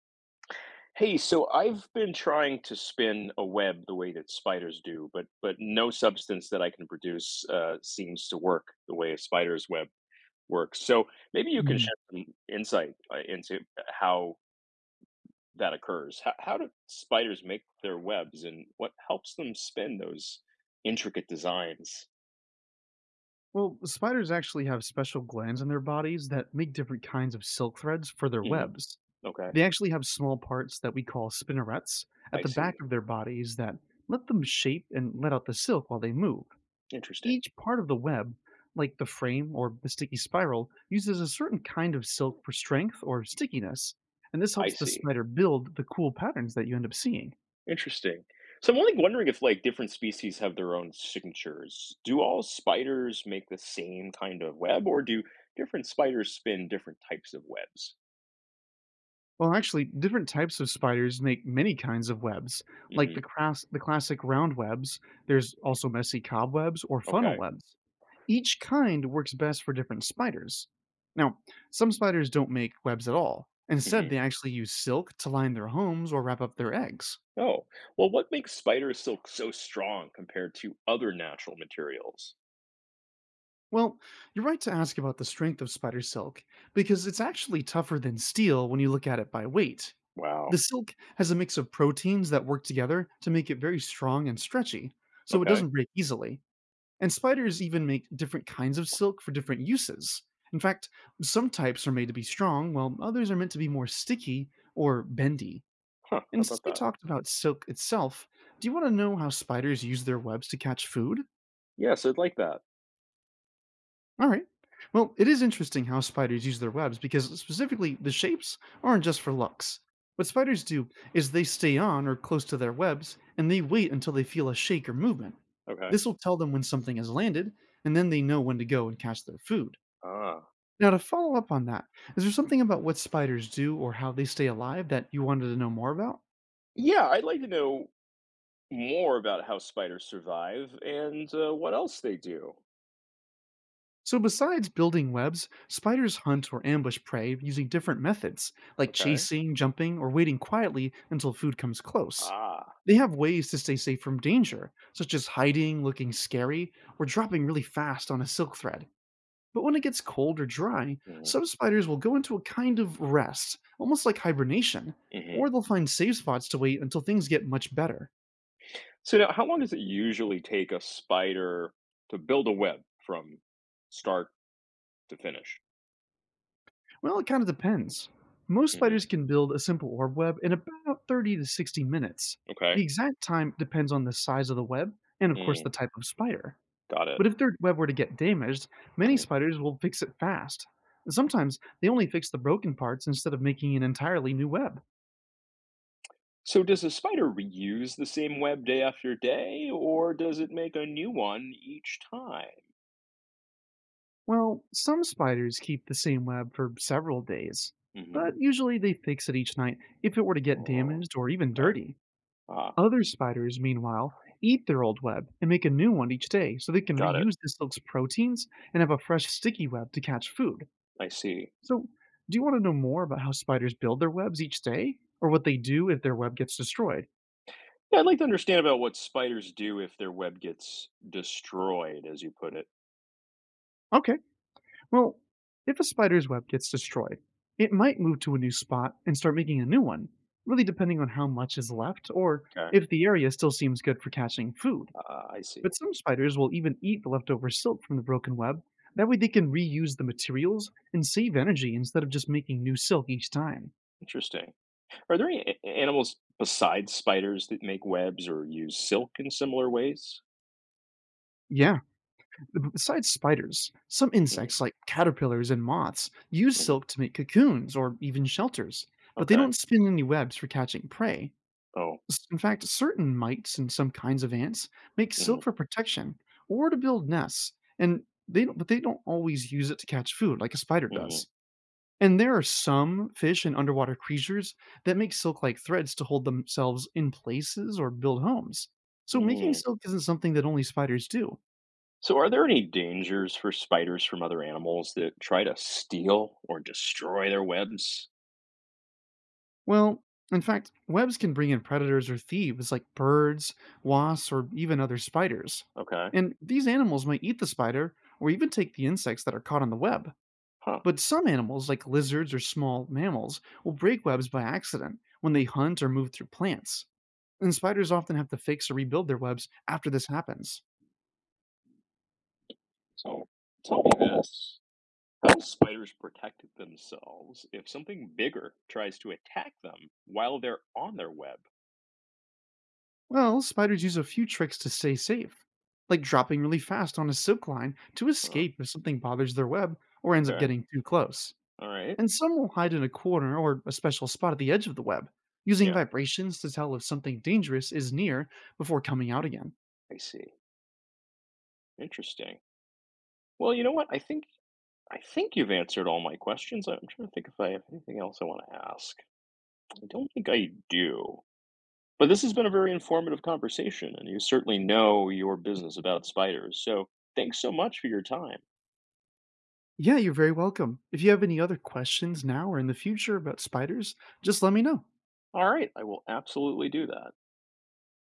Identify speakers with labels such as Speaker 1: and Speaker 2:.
Speaker 1: Hey, so I've been trying to spin a web the way that spiders do, but no substance that I can produce seems to work the way a spider's web works. So maybe you can
Speaker 2: Mhm.
Speaker 1: shed some insight into how that occurs. How do spiders make their webs, and what helps them spin those intricate designs?
Speaker 2: Well, spiders actually have special glands in their bodies that make different kinds of silk threads for their
Speaker 1: Hmm.
Speaker 2: webs.
Speaker 1: Okay.
Speaker 2: They actually have small parts that we call spinnerets at
Speaker 1: I
Speaker 2: the back
Speaker 1: see.
Speaker 2: of their bodies that let them shape and let out the silk while they move.
Speaker 1: Interesting.
Speaker 2: Each part of the web, like the frame or the sticky spiral, uses a certain kind of silk for strength or stickiness, and this
Speaker 1: I
Speaker 2: helps the
Speaker 1: see.
Speaker 2: spider build the cool patterns that you end up seeing.
Speaker 1: Interesting. So I'm only wondering if like different species have their own signatures. Do all spiders make the same kind of web, or do different spiders spin different types of webs?
Speaker 2: Well, actually, different types of spiders make many kinds of webs, like
Speaker 1: Hmm.
Speaker 2: the classic round webs. There's also messy cobwebs or funnel
Speaker 1: Okay.
Speaker 2: webs. Each kind works best for different spiders. Now, some spiders don't make webs at all. Instead, they
Speaker 1: Hmm.
Speaker 2: actually use silk to line their homes or wrap up their eggs.
Speaker 1: Oh, well, what makes spider silk so strong compared to other natural materials?
Speaker 2: Well, you're right to ask about the strength of spider silk, because it's actually tougher than steel when you look at it by weight.
Speaker 1: Wow.
Speaker 2: The silk has a mix of proteins that work together to make it very strong and stretchy, so it
Speaker 1: Okay.
Speaker 2: doesn't break easily. And spiders even make different kinds of silk for different uses. In fact, some types are made to be strong, while others are meant to be more sticky or bendy.
Speaker 1: Huh. How
Speaker 2: And since
Speaker 1: about
Speaker 2: we
Speaker 1: that?
Speaker 2: talked about silk itself, do you want to know how spiders use their webs to catch food?
Speaker 1: Yes, I'd like that.
Speaker 2: All right. Well, it is interesting how spiders use their webs because specifically the shapes aren't just for looks. What spiders do is they stay on or close to their webs and they wait until they feel a shake or movement.
Speaker 1: Okay.
Speaker 2: This will tell them when something has landed, and then they know when to go and catch their food.
Speaker 1: Ah.
Speaker 2: Now, to follow up on that, is there something about what spiders do or how they stay alive that you wanted to know more about?
Speaker 1: Yeah, I'd like to know more about how spiders survive and what else they do.
Speaker 2: So, besides building webs, spiders hunt or ambush prey using different methods, like
Speaker 1: Okay.
Speaker 2: chasing, jumping, or waiting quietly until food comes close.
Speaker 1: Ah.
Speaker 2: They have ways to stay safe from danger, such as hiding, looking scary, or dropping really fast on a silk thread. But when it gets cold or dry, some
Speaker 1: Mm-hmm.
Speaker 2: spiders will go into a kind of rest, almost like hibernation, or
Speaker 1: Mhm.
Speaker 2: they'll find safe spots to wait until things get much better.
Speaker 1: So now how long does it usually take a spider to build a web from start to finish?
Speaker 2: Well, it kind of depends. Most spiders
Speaker 1: Hmm.
Speaker 2: can build a simple orb web in about 30 to 60 minutes.
Speaker 1: Okay.
Speaker 2: The exact time depends on the size of the web and, of course, the
Speaker 1: Mm,
Speaker 2: type of spider.
Speaker 1: got it.
Speaker 2: But if their web were to get damaged, many
Speaker 1: Hmm.
Speaker 2: spiders will fix it fast. Sometimes they only fix the broken parts instead of making an entirely new web.
Speaker 1: So does a spider reuse the same web day after day, or does it make a new one each time?
Speaker 2: Well, some spiders keep the same web for several days,
Speaker 1: Hmm.
Speaker 2: but usually they fix it each night if it were to get
Speaker 1: Oh,
Speaker 2: damaged or even
Speaker 1: okay.
Speaker 2: dirty.
Speaker 1: Ah,
Speaker 2: Other spiders, meanwhile, eat their old web and make a new one each day so they can
Speaker 1: got it.
Speaker 2: reuse the silk's proteins and have a fresh sticky web to catch food.
Speaker 1: I see.
Speaker 2: So, do you want to know more about how spiders build their webs each day or what they do if their web gets destroyed?
Speaker 1: Yeah, I'd like to understand about what spiders do if their web gets destroyed, as you put it.
Speaker 2: Okay, well, if a spider's web gets destroyed, it might move to a new spot and start making a new one, really depending on how much is left or
Speaker 1: Okay.
Speaker 2: if the area still seems good for catching food.
Speaker 1: Ah, I see.
Speaker 2: But some spiders will even eat the leftover silk from the broken web. That way, they can reuse the materials and save energy instead of just making new silk each time.
Speaker 1: Interesting. Are there any animals besides spiders that make webs or use silk in similar ways?
Speaker 2: Yeah, besides spiders, some
Speaker 1: Hmm.
Speaker 2: insects like caterpillars and moths use
Speaker 1: Hmm.
Speaker 2: silk to make cocoons or even shelters, but they
Speaker 1: Okay.
Speaker 2: don't spin any webs for catching prey.
Speaker 1: Oh.
Speaker 2: In fact, certain mites and some kinds of ants make
Speaker 1: Hmm.
Speaker 2: silk for protection or to build nests, and they don't, but they don't always use it to catch food like a spider
Speaker 1: Hmm.
Speaker 2: does. And there are some fish and underwater creatures that make silk like threads to hold themselves in places or build homes. So making
Speaker 1: Mm.
Speaker 2: silk isn't something that only spiders do.
Speaker 1: So, are there any dangers for spiders from other animals that try to steal or destroy their webs?
Speaker 2: Well, in fact, webs can bring in predators or thieves like birds, wasps, or even other spiders.
Speaker 1: Okay.
Speaker 2: And these animals might eat the spider or even take the insects that are caught on the web.
Speaker 1: Huh.
Speaker 2: But some animals, like lizards or small mammals, will break webs by accident when they hunt or move through plants. And spiders often have to fix or rebuild their webs after this happens.
Speaker 1: So, tell me this. How do spiders protect themselves if something bigger tries to attack them while they're on their web?
Speaker 2: Well, spiders use a few tricks to stay safe, like dropping really fast on a silk line to
Speaker 1: Huh.
Speaker 2: escape if something bothers their web or ends up
Speaker 1: Okay.
Speaker 2: getting too close.
Speaker 1: All right.
Speaker 2: And some will hide in a corner or a special spot at the edge of the web, using
Speaker 1: Yeah,
Speaker 2: vibrations to tell if something dangerous is near before coming out again.
Speaker 1: I see. Interesting. Well, you know what? I think you've answered all my questions. I'm trying to think if I have anything else I want to ask. I don't think I do. But this has been a very informative conversation, and you certainly know your business about spiders. So thanks so much for your time.
Speaker 2: Yeah, you're very welcome. If you have any other questions now or in the future about spiders, just let me know.
Speaker 1: All right, I will absolutely do that.